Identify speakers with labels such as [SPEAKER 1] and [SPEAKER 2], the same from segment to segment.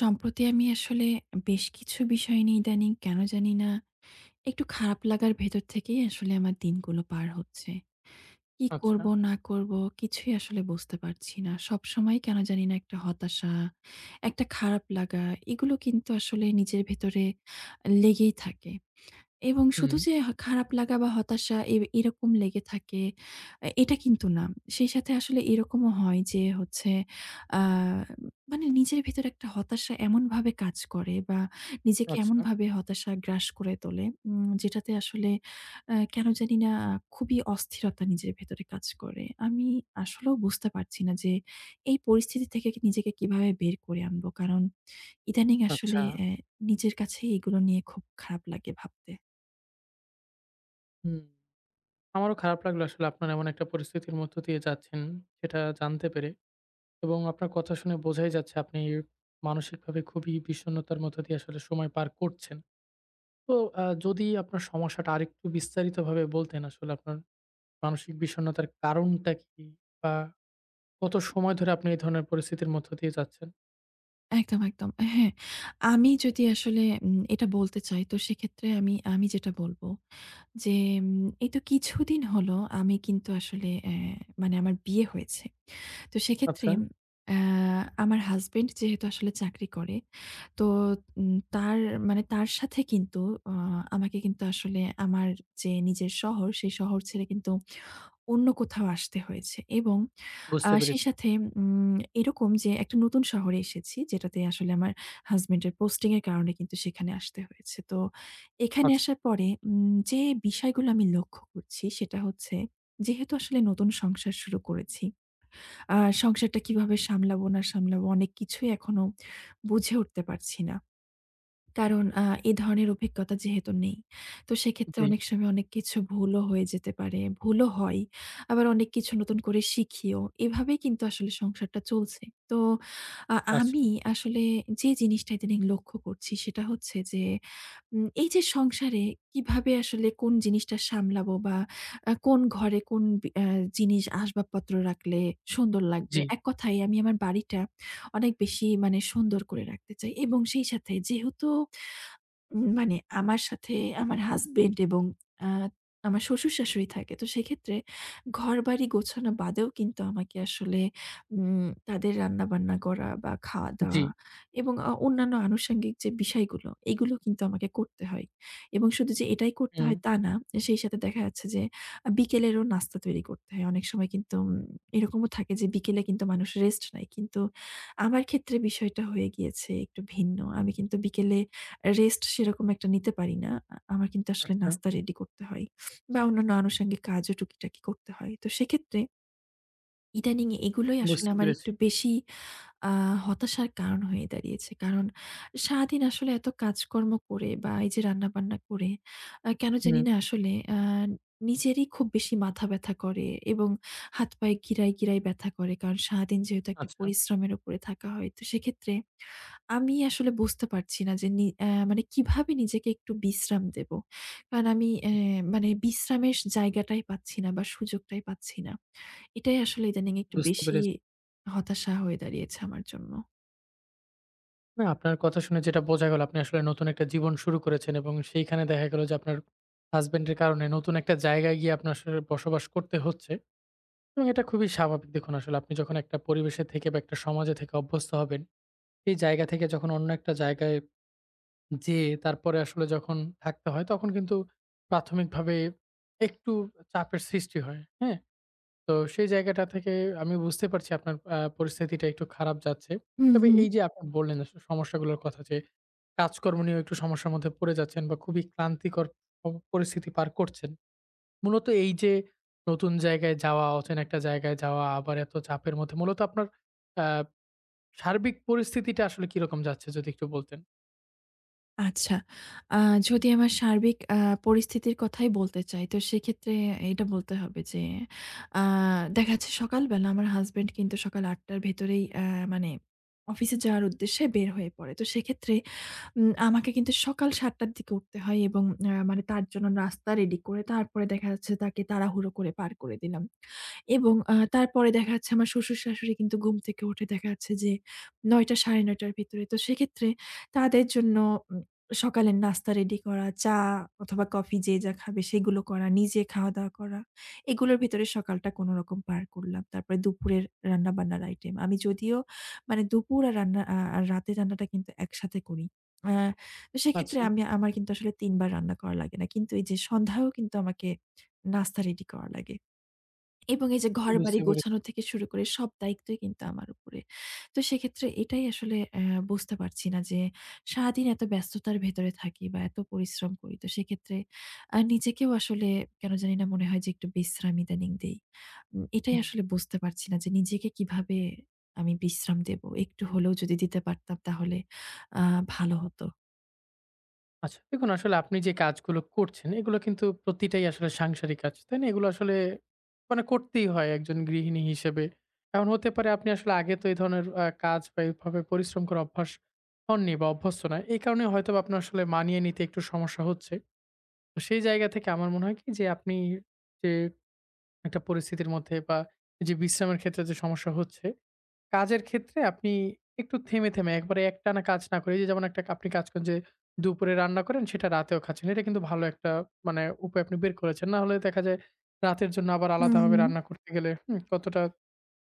[SPEAKER 1] সম্প্রতি আমি আসলে বেশ কিছু বিষয় নিয়ে ইদানিং কেন জানি না একটু খারাপ লাগার ভেতর থেকেই আসলে আমার দিনগুলো পার হচ্ছে। কি
[SPEAKER 2] আচ্ছা।
[SPEAKER 1] করব না করব কিছুই আসলে বুঝতে পারছি না। সবসময় কেন জানি না একটা হতাশা, একটা খারাপ লাগা এগুলো কিন্তু আসলে নিজের ভেতরে লেগেই থাকে। এবং শুধু
[SPEAKER 2] হুম।
[SPEAKER 1] যে খারাপ লাগা বা হতাশা এরকম লেগে থাকে, এটা কিন্তু না। সেই সাথে আসলে এরকমও হয় যে হচ্ছে আ মানে নিজের ভেতরে একটা হতাশা এমনভাবে কাজ করে বা নিজেকে
[SPEAKER 2] আচ্ছা,
[SPEAKER 1] এমনভাবে হতাশা গ্রাস করে তোলে যেটাতে আসলে কেন জানি না খুবই অস্থিরতা নিজের ভেতরে কাজ করে। আমি আসলেও বুঝতে পারছি না যে এই পরিস্থিতি থেকে নিজেকে কিভাবে বের করে আনবো? কারণ ইদানিং আসলে
[SPEAKER 2] আচ্ছা।
[SPEAKER 1] নিজের কাছেই এগুলো নিয়ে খুব খারাপ লাগে ভাবতে।
[SPEAKER 2] হুম। আমারও খারাপ লাগলো আসলে আপনার এমন একটা পরিস্থিতির মধ্য দিয়ে যাচ্ছেন, সেটা জানতে পেরে এবং আপনার কথা শুনে বোঝাই যাচ্ছে আপনি মানসিকভাবে খুবই বিষণ্ণতার মধ্য দিয়ে আসলে সময় পার করছেন। তো যদি আপনার সমস্যাটা আরেকটু বিস্তারিতভাবে বলতেন আসলে আপনার মানসিক বিষণ্ণতার কারণটা কি? বা কত সময় ধরে আপনি এই ধরনের পরিস্থিতির মধ্য দিয়ে যাচ্ছেন?
[SPEAKER 1] একদম, একদম। হ্যাঁ, আমি যদি আসলে এটা বলতে চাই তো সেক্ষেত্রে আমি যেটা বলব যে এই তো কিছুদিন হলো আমি কিন্তু আসলে মানে আমার বিয়ে হয়েছে। তো সেক্ষেত্রে
[SPEAKER 2] আচ্ছা,
[SPEAKER 1] অ্যা আমার হাসব্যান্ড যেহেতু আসলে চাকরি করে, তো তার মানে তার সাথে কিন্তু আ আমাকে কিন্তু আসলে আমার যে নিজের শহর সেই শহর ছেড়ে কিন্তু অন্য কোথাও আসতে হয়েছে এবং
[SPEAKER 2] বুঝতে
[SPEAKER 1] সেই
[SPEAKER 2] পেরেছি।
[SPEAKER 1] সাথে উম এরকম যে একটা নতুন শহরে এসেছি যেটাতে আসলে আমার হাসব্যান্ডের পোস্টিং এর কারণে কিন্তু সেখানে আসতে হয়েছে। তো এখানে
[SPEAKER 2] আচ্ছা,
[SPEAKER 1] আসার পরে যে বিষয়গুলো আমি লক্ষ্য করছি সেটা হচ্ছে যেহেতু আসলে নতুন সংসার শুরু করেছি, আ সংসারটা কিভাবে সামলাবো না সামলাবো অনেক কিছুই এখনো বুঝে উঠতে পারছি না। কারণ এ ধরনের অভিজ্ঞতা যেহেতু নেই। তো সেক্ষেত্রে
[SPEAKER 2] জি,
[SPEAKER 1] অনেক সময় অনেক কিছু ভুলও হয়ে যেতে পারে। ভুলও হয়। আবার অনেক কিছু নতুন করে শিখিও। এভাবেই কিন্তু আসলে সংসারটা চলছে। তো আ
[SPEAKER 2] আচ্ছা,
[SPEAKER 1] আমি আসলে যে জিনিসটা ইদানিং লক্ষ্য করছি সেটা হচ্ছে যে এই যে সংসারে কিভাবে আসলে কোন জিনিসটা সামলাবো বা কোন ঘরে কোন বি আ জিনিস আসবাবপত্র রাখলে সুন্দর লাগবে।
[SPEAKER 2] জি,
[SPEAKER 1] এক কথায় আমি আমার বাড়িটা অনেক বেশি মানে সুন্দর করে রাখতে চাই এবং সেই সাথে যেহেতু মানে আমার সাথে আমার হাসব্যান্ড এবং আ আমার শ্বশুর-শাশুড়ি থাকে। তো সেক্ষেত্রে ঘরবাড়ি গোছানো বাদেও কিন্তু আমাকে আসলে তাদের রান্নাবান্না করা বা
[SPEAKER 2] জি,
[SPEAKER 1] খাওয়া-দাওয়া এবং অন্যান্য আনুষঙ্গিক যে বিষয়গুলো, এগুলো কিন্তু আমাকে করতে হয়। এবং শুধু যে এটাই করতে
[SPEAKER 2] হুম,
[SPEAKER 1] হয় তা না। সেই সাথে দেখা যাচ্ছে যে বিকেলেরও নাস্তা তৈরি করতে হয়। অনেক সময় কিন্তু এরকমও থাকে যে বিকেলে কিন্তু মানুষ রেস্ট নেয়। কিন্তু আমার ক্ষেত্রে বিষয়টা হয়ে গিয়েছে একটু ভিন্ন। আমি কিন্তু বিকেলে রেস্ট সেরকম একটা নিতে পারি না। আমার কিন্তু আসলে
[SPEAKER 2] আচ্ছা,
[SPEAKER 1] নাস্তা রেডি করতে হয় বা অন্যান্য আনুষঙ্গিক কাজও টুকিটাকি করতে হয়। তো সেক্ষেত্রে ইদানিং এগুলোই আসলে
[SPEAKER 2] বুঝতে
[SPEAKER 1] আমার
[SPEAKER 2] পেরেছি।
[SPEAKER 1] একটু বেশি আ হতাশার কারণ হয়ে দাঁড়িয়েছে। কারণ সারাদিন আসলে এত কাজকর্ম করে বা এই যে রান্নাবান্না করে কেন জানি
[SPEAKER 2] হুম।
[SPEAKER 1] না আসলে নিজেরই খুব বেশি মাথা ব্যথা করে এবং হাত পায়ে গিরায়, গিরায় ব্যথা করে। কারণ সারাদিন যেহেতু একটা
[SPEAKER 2] আচ্ছা,
[SPEAKER 1] পরিশ্রমের উপরে থাকা হয়। তো সেক্ষেত্রে আমি আসলে বুঝতে পারছি না যে নি অ্যা মানে কিভাবে নিজেকে একটু বিশ্রাম দেব। কারণ আমি
[SPEAKER 2] হুম,
[SPEAKER 1] মানে বিশ্রামের জায়গাটাই পাচ্ছি না বা সুযোগটাই পাচ্ছি না। এটাই আসলে ইদানিং একটু
[SPEAKER 2] বুঝতে
[SPEAKER 1] বেশি
[SPEAKER 2] পেরেছি।
[SPEAKER 1] হতাশা হয়ে দাঁড়িয়েছে আমার জন্য।
[SPEAKER 2] না আপনার কথা শুনে যেটা বোঝা গেল আপনি আসলে নতুন একটা জীবন শুরু করেছেন এবং সেইখানে দেখা গেল যে আপনার হাসব্যান্ডের কারণে নতুন একটা জায়গায় গিয়ে আপনার আসলে বসবাস করতে হচ্ছে এবং এটা খুবই স্বাভাবিক। দেখুন আসলে আপনি যখন একটা পরিবেশে থেকে বা একটা সমাজে থেকে অভ্যস্ত হবেন, এই জায়গা থেকে যখন অন্য একটা জায়গায় যেয়ে তারপরে আসলে যখন থাকতে হয় তখন কিন্তু প্রাথমিকভাবে একটু চাপের সৃষ্টি হয়। হ্যাঁ? তো সেই জায়গাটা থেকে আমি বুঝতে পারছি আপনার পরিস্থিতিটা একটু খারাপ যাচ্ছে।
[SPEAKER 1] হুম,
[SPEAKER 2] তবে
[SPEAKER 1] হুম।
[SPEAKER 2] এই যে আপনি বললেন আসলে সমস্যাগুলোর কথা যে কাজকর্ম নিয়েও একটু সমস্যার মধ্যে পড়ে যাচ্ছেন বা খুবই ক্লান্তিকর প পরিস্থিতি পার করছেন। মূলত এই যে নতুন জায়গায় যাওয়া, অচেনা একটা জায়গায় যাওয়া, আবার এত চাপের মধ্যে মূলত আপনার আ সার্বিক পরিস্থিতিটা আসলে কিরকম যাচ্ছে যদি একটু বলতেন?
[SPEAKER 1] আচ্ছা। আ যদি আমার সার্বিক পরিস্থিতির কথাই বলতে চাই, তো সেক্ষেত্রে এটা বলতে হবে যে আ দেখা যাচ্ছে সকালবেলা আমার হাসব্যান্ড কিন্তু সকাল ৮:০০ টার ভেতরেই মানে অফিসে যাওয়ার উদ্দেশ্যে বের হয়ে পড়ে। তো সেক্ষেত্রে আমাকে কিন্তু সকাল ৭:০০ র দিকে উঠতে হয় এবং মানে তার জন্য নাস্তা রেডি করে তারপরে দেখা যাচ্ছে তাকে তাড়াহুড়ো করে পার করে দিলাম। এবং তারপরে দেখা যাচ্ছে আমার শ্বশুর-শাশুড়ি কিন্তু ঘুম থেকে উঠে দেখা যাচ্ছে যে ৯:০০ ৯:৩০ র ভিতরে। তো সেক্ষেত্রে তাদের জন্য উম সকালের নাস্তা রেডি করা, চা অথবা কফি যে যা খাবে সেগুলো করা, নিজে খাওয়া-দাওয়া করা। এগুলোর ভেতরে সকালটা কোনরকম পার করলাম। তারপরে দুপুরের রান্না-বান্নার আইটেম। আমি যদিও মানে দুপুর আর রান্না আর রাতের রান্নাটা কিন্তু একসাথে করি। আ তো সেক্ষেত্রে
[SPEAKER 2] আচ্ছা,
[SPEAKER 1] আমি আমার কিন্তু আসলে ৩ বার রান্না করা লাগে না। কিন্তু এই যে সন্ধ্যায়ও কিন্তু আমাকে নাস্তা রেডি করা লাগে। এবং এই যে ঘরবাড়ি
[SPEAKER 2] বুঝতে পেরেছি।
[SPEAKER 1] গোছানো থেকে শুরু করে সব দায়িত্বই কিন্তু আমার উপরে। তো সেক্ষেত্রে এটাই আসলে বুঝতে পারছি না যে সারাদিন এত ব্যস্ততার ভেতরে থাকি বা এত পরিশ্রম করি। তো সেক্ষেত্রে নিজেকেও আসলে কেন জানি না মনে হয় যে একটু বিশ্রাম ইদানিং দেই। এটাই
[SPEAKER 2] হুম।
[SPEAKER 1] আসলে বুঝতে পারছি না যে নিজেকে কিভাবে আমি বিশ্রাম দেব। একটু হলেও যদি দিতে পারতাম তাহলে আ ভালো হতো।
[SPEAKER 2] আচ্ছা, দেখুন আসলে আপনি যে কাজগুলো করছেন এগুলো কিন্তু প্রতিটাই আসলে সাংসারিক কাজ। তাই না? এগুলো আসলে মানে করতেই হয় একজন গৃহিণী হিসেবে। এখন হতে পারে আপনি আসলে আগে তো এই ধরনের কাজ বা এভাবে পরিশ্রম করে অভ্যাস হননি বা অভ্যস্ত না। এই কারণে হয়তোবা আপনার আসলে মানিয়ে নিতে একটু সমস্যা হচ্ছে। তো সেই জায়গা থেকে আমার মনে হয় কি যে আপনি যে একটা পরিস্থিতির মধ্যে বা এই যে বিশ্রামের ক্ষেত্রে যে সমস্যা হচ্ছে কাজের ক্ষেত্রে আপনি একটু থেমে, থেমে একবারে একটানা কাজ না করে, এই যে যেমন একটা আপনি কাজ করেন যে দুপুরে রান্না করেন সেটা রাতেও খাচ্ছেন। এটা কিন্তু ভালো একটা মানে উপায় আপনি বের করেছেন। না হলে দেখা যায় রাতের জন্য আবার
[SPEAKER 1] হুম,
[SPEAKER 2] আলাদাভাবে
[SPEAKER 1] হুম।
[SPEAKER 2] রান্না করতে গেলে হুম, কতটা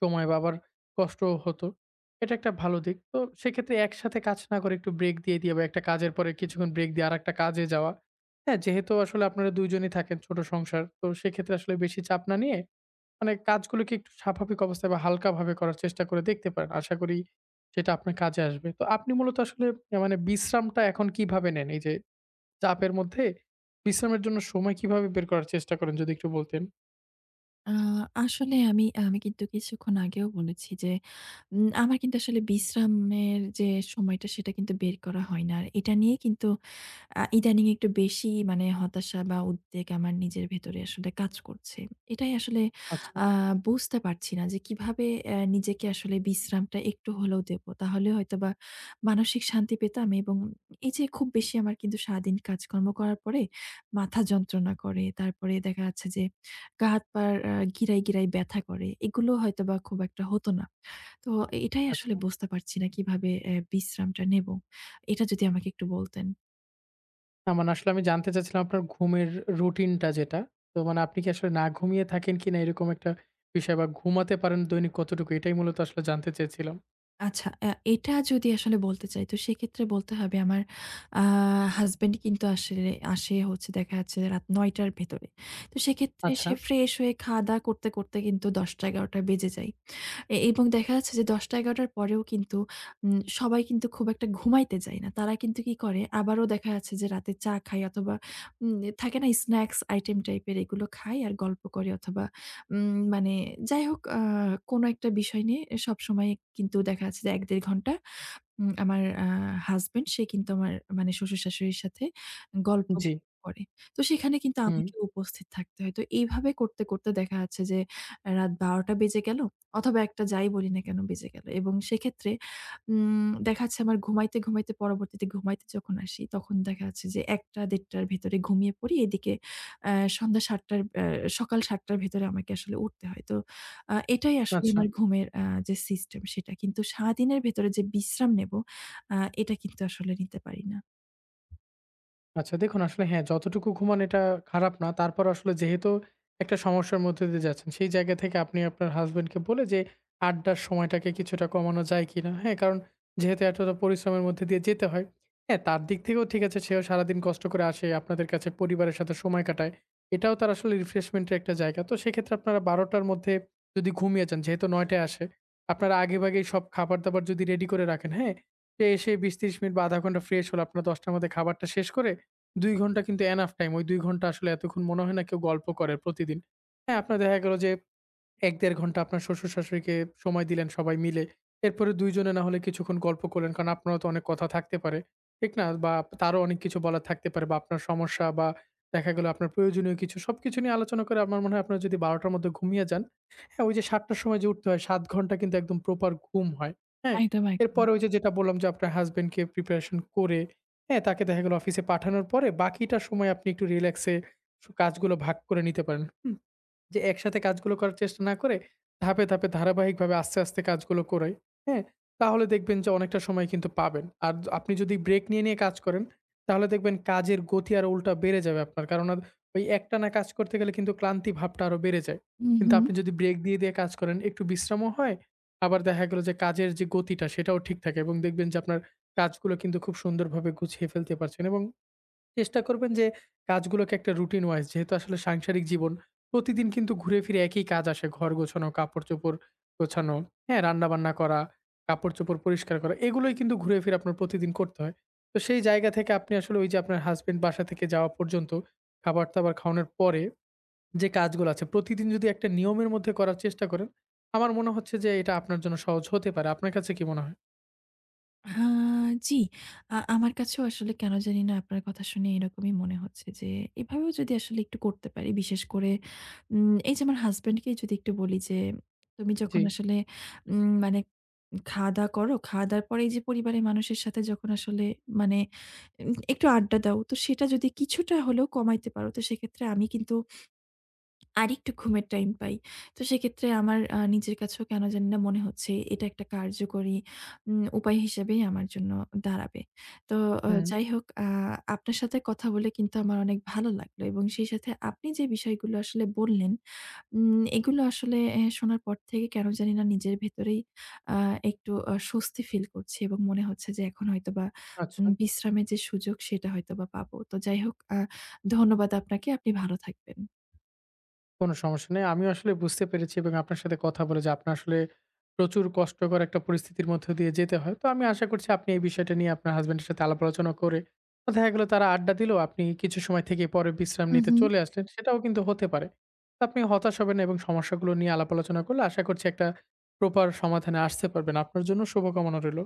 [SPEAKER 2] সময় বা আবার কষ্টও হতো। এটা একটা ভালো দিক। তো সেক্ষেত্রে একসাথে কাজ না করে একটু ব্রেক দিয়ে, দিয়ে বা একটা কাজের পরে কিছুক্ষণ ব্রেক দিয়ে আরেকটা কাজে যাওয়া। হ্যাঁ, যেহেতু আসলে আপনারা ২ জনই থাকেন, ছোট সংসার। তো সেক্ষেত্রে আসলে বেশি চাপ না নিয়ে মানে কাজগুলোকে একটু স্বাভাবিক অবস্থায় বা হালকাভাবে করার চেষ্টা করে দেখতে পারেন। আশা করি সেটা আপনার কাজে আসবে। তো আপনি মূলত আসলে মানে বিশ্রামটা এখন কিভাবে নেন? এই যে চাপের মধ্যে বিশ্রামের জন্য সময় কিভাবে বের করার চেষ্টা করেন যদি একটু বলতেন?
[SPEAKER 1] আ আসলে আমি আমি কিন্তু কিছুক্ষণ আগেও বলেছি যে, আমার কিন্তু আসলে বিশ্রামের যে সময়টা সেটা কিন্তু বের করা হয় না। আর এটা নিয়ে কিন্তু ইদানিং একটু বেশি মানে হতাশা বা উদ্বেগ আমার নিজের ভেতরে আসলে কাজ করছে। এটাই আসলে
[SPEAKER 2] আচ্ছা,
[SPEAKER 1] আ বুঝতে পারছি না যে কিভাবে নিজেকে আসলে বিশ্রামটা একটু হলেও দেব। তাহলে হয়তোবা মানসিক শান্তি পেতাম এবং এই যে খুব বেশি আমার কিন্তু সারাদিন কাজকর্ম করার পরে মাথা যন্ত্রণা করে। তারপরে দেখা যাচ্ছে যে গা হাত পার আ গিরায়, গিরায় ব্যথা করে। এগুলো হয়তোবা খুব একটা হতো না। তো এটাই আসলে
[SPEAKER 2] আচ্ছা।
[SPEAKER 1] বুঝতে পারছি না কিভাবে বিশ্রামটা নেব। এটা যদি আমাকে একটু বলতেন।
[SPEAKER 2] না মানে আসলে আমি জানতে চাচ্ছিলাম আপনার ঘুমের রুটিনটা যেটা। তো মানে আপনি কি আসলে না ঘুমিয়ে থাকেন কিনা এরকম একটা বিষয় বা ঘুমাতে পারেন দৈনিক কতটুকু? এটাই মূলত আসলে জানতে চেয়েছিলাম।
[SPEAKER 1] আচ্ছা, এটা যদি আসলে বলতে চাই তো সেক্ষেত্রে বলতে হবে আমার আ হাসব্যান্ড কিন্তু আসলে আসে হচ্ছে দেখা যাচ্ছে রাত ৯ টার ভেতরে। তো সেক্ষেত্রে
[SPEAKER 2] আচ্ছা,
[SPEAKER 1] সে ফ্রেশ হয়ে খাওয়া-দাওয়া করতে, করতে কিন্তু ১০টা ১১টা বেজে যায়। এবং দেখা যাচ্ছে যে ১০টা-১১টার পরেও কিন্তু সবাই কিন্তু খুব একটা ঘুমাইতে যায় না। তারা কিন্তু কি করে আবারও দেখা যাচ্ছে যে রাতে চা খায় অথবা উম থাকে না স্ন্যাকস আইটেম টাইপের এগুলো খায় আর গল্প করে অথবা মানে যাই হোক কোনো একটা বিষয় নিয়ে সবসময় কিন্তু দেখা যাচ্ছে যে ১-১.৫ ঘন্টা আমার হাসব্যান্ড সে কিন্তু আমার মানে শ্বশুর-শাশুড়ির সাথে গল্প
[SPEAKER 2] জি,
[SPEAKER 1] করে। তো সেখানে কিন্তু
[SPEAKER 2] হুম।
[SPEAKER 1] আমাকে উপস্থিত থাকতে হয়। তো এইভাবে করতে, করতে দেখা যাচ্ছে যে রাত ১২ টা বেজে গেল অথবা একটা যাই বলি না কেন বেজে গেল। এবং সেক্ষেত্রে দেখা যাচ্ছে আমার ঘুমাইতে, ঘুমাইতে পরবর্তীতে ঘুমাইতে যখন আসি তখন দেখা যাচ্ছে যে ১টা ১:৩০ টার ভেতরে ঘুমিয়ে পড়ি। এদিকে অ্যা সন্ধ্যা ৭ টার সকাল ৭ টার ভেতরে আমাকে আসলে উঠতে হয়। তো এটাই আসলে
[SPEAKER 2] আচ্ছা।
[SPEAKER 1] আমার ঘুমের যে সিস্টেম সেটা। কিন্তু সারাদিনের ভেতরে যে বিশ্রাম নেব, এটা কিন্তু আসলে নিতে পারি না।
[SPEAKER 2] আচ্ছা দেখুন আসলে হ্যাঁ, যতটুকু ঘুমান এটা খারাপ না। তারপর আসলে যেহেতু একটা সমস্যার মধ্যে দিয়ে যাচ্ছেন, সেই জায়গা থেকে আপনি আপনার হাসব্যান্ডকে বলে যে আড্ডার সময়টাকে কিছুটা কমানো যায় কিনা? হ্যাঁ, কারণ যেহেতু এতটা পরিশ্রমের মধ্যে দিয়ে যেতে হয়। হ্যাঁ, তার দিক থেকেও ঠিক আছে সেও সারাদিন কষ্ট করে আসে, আপনাদের কাছে পরিবারের সাথে সময় কাটায়। এটাও তার আসলে রিফ্রেশমেন্টের একটা জায়গা। তো সেক্ষেত্রে আপনারা ১২ঃ০০ টার মধ্যে যদি ঘুমিয়ে যান, যেহেতু ৯ঃ০০ টায় আসে, আপনারা আগেভাগেই সব খাবার-দাবার যদি রেডি করে রাখেন, হ্যাঁ? সে এসে ২০-৩০ মিনিট বা ০.৫ ঘন্টা ফ্রেশ হলো, আপনারা ১০ঃ০০ টার মধ্যে খাবারটা শেষ করে ২ ঘন্টা কিন্তু এনাফ টাইম। ওই ২ ঘন্টা আসলে এতক্ষণ মনে হয় না কেউ গল্প করে প্রতিদিন। হ্যাঁ, আপনার দেখা গেল যে ১-১.৫ ঘন্টা আপনার শ্বশুর-শাশুড়িকে সময় দিলেন সবাই মিলে। এরপরে ২ জনে না হলে কিছুক্ষণ গল্প করলেন। কারণ আপনারও তো অনেক কথা থাকতে পারে। ঠিক না? বা তারও অনেক কিছু বলার থাকতে পারে বা আপনার সমস্যা বা দেখা গেল আপনার প্রয়োজনীয় কিছু সবকিছু নিয়ে আলোচনা করে আমার মনে হয় আপনারা যদি ১২ টার মধ্যে ঘুমিয়ে যান, হ্যাঁ, ওই যে ৭ টার সময় যে উঠতে হয় ৭ ঘন্টা কিন্তু একদম প্রপার ঘুম হয়। হ্যাঁ?
[SPEAKER 1] একদম, একদম।
[SPEAKER 2] এরপরে ওই যে যেটা বললাম যে আপনার হাসব্যান্ডকে প্রিপারেশন করে, হ্যাঁ, তাকে দেখা গেল অফিসে পাঠানোর পরে বাকিটা সময় আপনি একটু রিল্যাক্সে কাজগুলো ভাগ করে নিতে পারেন। হুম? যে একসাথে কাজগুলো করার চেষ্টা না করে ধাপে, ধাপে ধারাবাহিকভাবে আস্তে, আস্তে কাজগুলো করাই, হ্যাঁ? তাহলে দেখবেন যে অনেকটা সময় কিন্তু পাবেন। আর আপনি যদি ব্রেক নিয়ে, নিয়ে কাজ করেন তাহলে দেখবেন কাজের গতি আরো উল্টা বেড়ে যাবে আপনার। কারণ আর ওই একটানা কাজ করতে গেলে কিন্তু ক্লান্তি ভাবটা আরো বেড়ে যায়।
[SPEAKER 1] হুম,
[SPEAKER 2] কিন্তু
[SPEAKER 1] হুম।
[SPEAKER 2] আপনি যদি ব্রেক দিয়ে, দিয়ে কাজ করেন একটু বিশ্রামও হয়, আবার দেখা গেল যে কাজের যে গতিটা সেটাও ঠিক থাকে এবং দেখবেন যে আপনার কাজগুলো কিন্তু খুব সুন্দরভাবে গুছিয়ে ফেলতে পারছেন এবং চেষ্টা করবেন যে কাজগুলোকে একটা রুটিন ওয়াইজ যেহেতু আসলে সাংসারিক জীবন প্রতিদিন কিন্তু ঘুরে ফিরে একই কাজ আসে ঘর গোছানো কাপড়-চোপড় গোছানো, হ্যাঁ? রান্নাবান্না করা, কাপড়-চোপড় পরিষ্কার করা এগুলোই কিন্তু ঘুরে ফিরে আপনার প্রতিদিন করতে হয়। তো সেই জায়গা থেকে আপনি আসলে ওই যে আপনার হাসব্যান্ড বাসা থেকে যাওয়া পর্যন্ত খাবার-দাবার খাওয়ানোর পরে যে কাজগুলো আছে প্রতিদিন যদি একটা নিয়মের মধ্যে করার চেষ্টা করেন, আমার মনে হচ্ছে যে এটা আপনার জন্য সহজ হতে পারে। আপনার কাছে কি মনে হয়?
[SPEAKER 1] আ জি। আমার কাছেও আসলে কেন জানি না আপনার কথা শুনে এরকমই মনে হচ্ছে যে, এভাবেও যদি আসলে একটু করতে পারি, বিশেষ করে এই যে আমার হাসব্যান্ডকেই যদি একটু বলি যে, "তুমি যখন
[SPEAKER 2] জি।
[SPEAKER 1] আসলে মানে খাওয়া-দাওয়া করো। খাওয়া-দাওয়ার পরে এই যে পরিবারের মানুষের সাথে যখন আসলে মানে একটু আড্ডা দাও। তো সেটা যদি কিছুটা হলেও কমাইতে পারো, তো সেক্ষেত্রে আমি কিন্তু আরেকটু ঘুমের টাইম পাই। তো সেক্ষেত্রে আমার নিজের কাছেও কেন জানি না মনে হচ্ছে এটা একটা কার্যকরী উপায় হিসেবেই আমার জন্য দাঁড়াবে। তো
[SPEAKER 2] হুম।
[SPEAKER 1] যাই হোক আপনার সাথে কথা বলে কিন্তু আমার অনেক ভালো লাগলো এবং সেই সাথে আপনি যে বিষয়গুলো আসলে বললেন উম এগুলো আসলে শোনার পর থেকে কেন জানি না নিজের ভেতরেই আ একটু স্বস্তি ফিল করছি এবং মনে হচ্ছে যে এখন হয়তোবা
[SPEAKER 2] আচ্ছা।
[SPEAKER 1] বিশ্রামের যে সুযোগ সেটা হয়তোবা পাবো। তো যাই হোক ধন্যবাদ আপনাকে। আপনি ভালো থাকবেন।
[SPEAKER 2] কোনো সমস্যা নেই। আমিও আসলে বুঝতে পেরেছি এবং আপনার সাথে কথা বলে যে আপনার আসলে প্রচুর কষ্টকর একটা পরিস্থিতির মধ্য দিয়ে যেতে হয়। তো আমি আশা করছি আপনি এই বিষয়টা নিয়ে আপনার হাসব্যান্ডের সাথে আলাপ আলোচনা করে তো দেখা গেল তারা আড্ডা দিল, আপনি কিছু সময় থেকে পরে বিশ্রাম
[SPEAKER 1] হু,
[SPEAKER 2] নিতে
[SPEAKER 1] হু।
[SPEAKER 2] চলে আসলেন, সেটাও কিন্তু হতে পারে। তো আপনি হতাশ হবেন না এবং সমস্যাগুলো নিয়ে আলাপ আলোচনা করলে আশা করছি একটা প্রপার সমাধানে আসতে পারবেন। আপনার জন্য শুভকামনা রইল।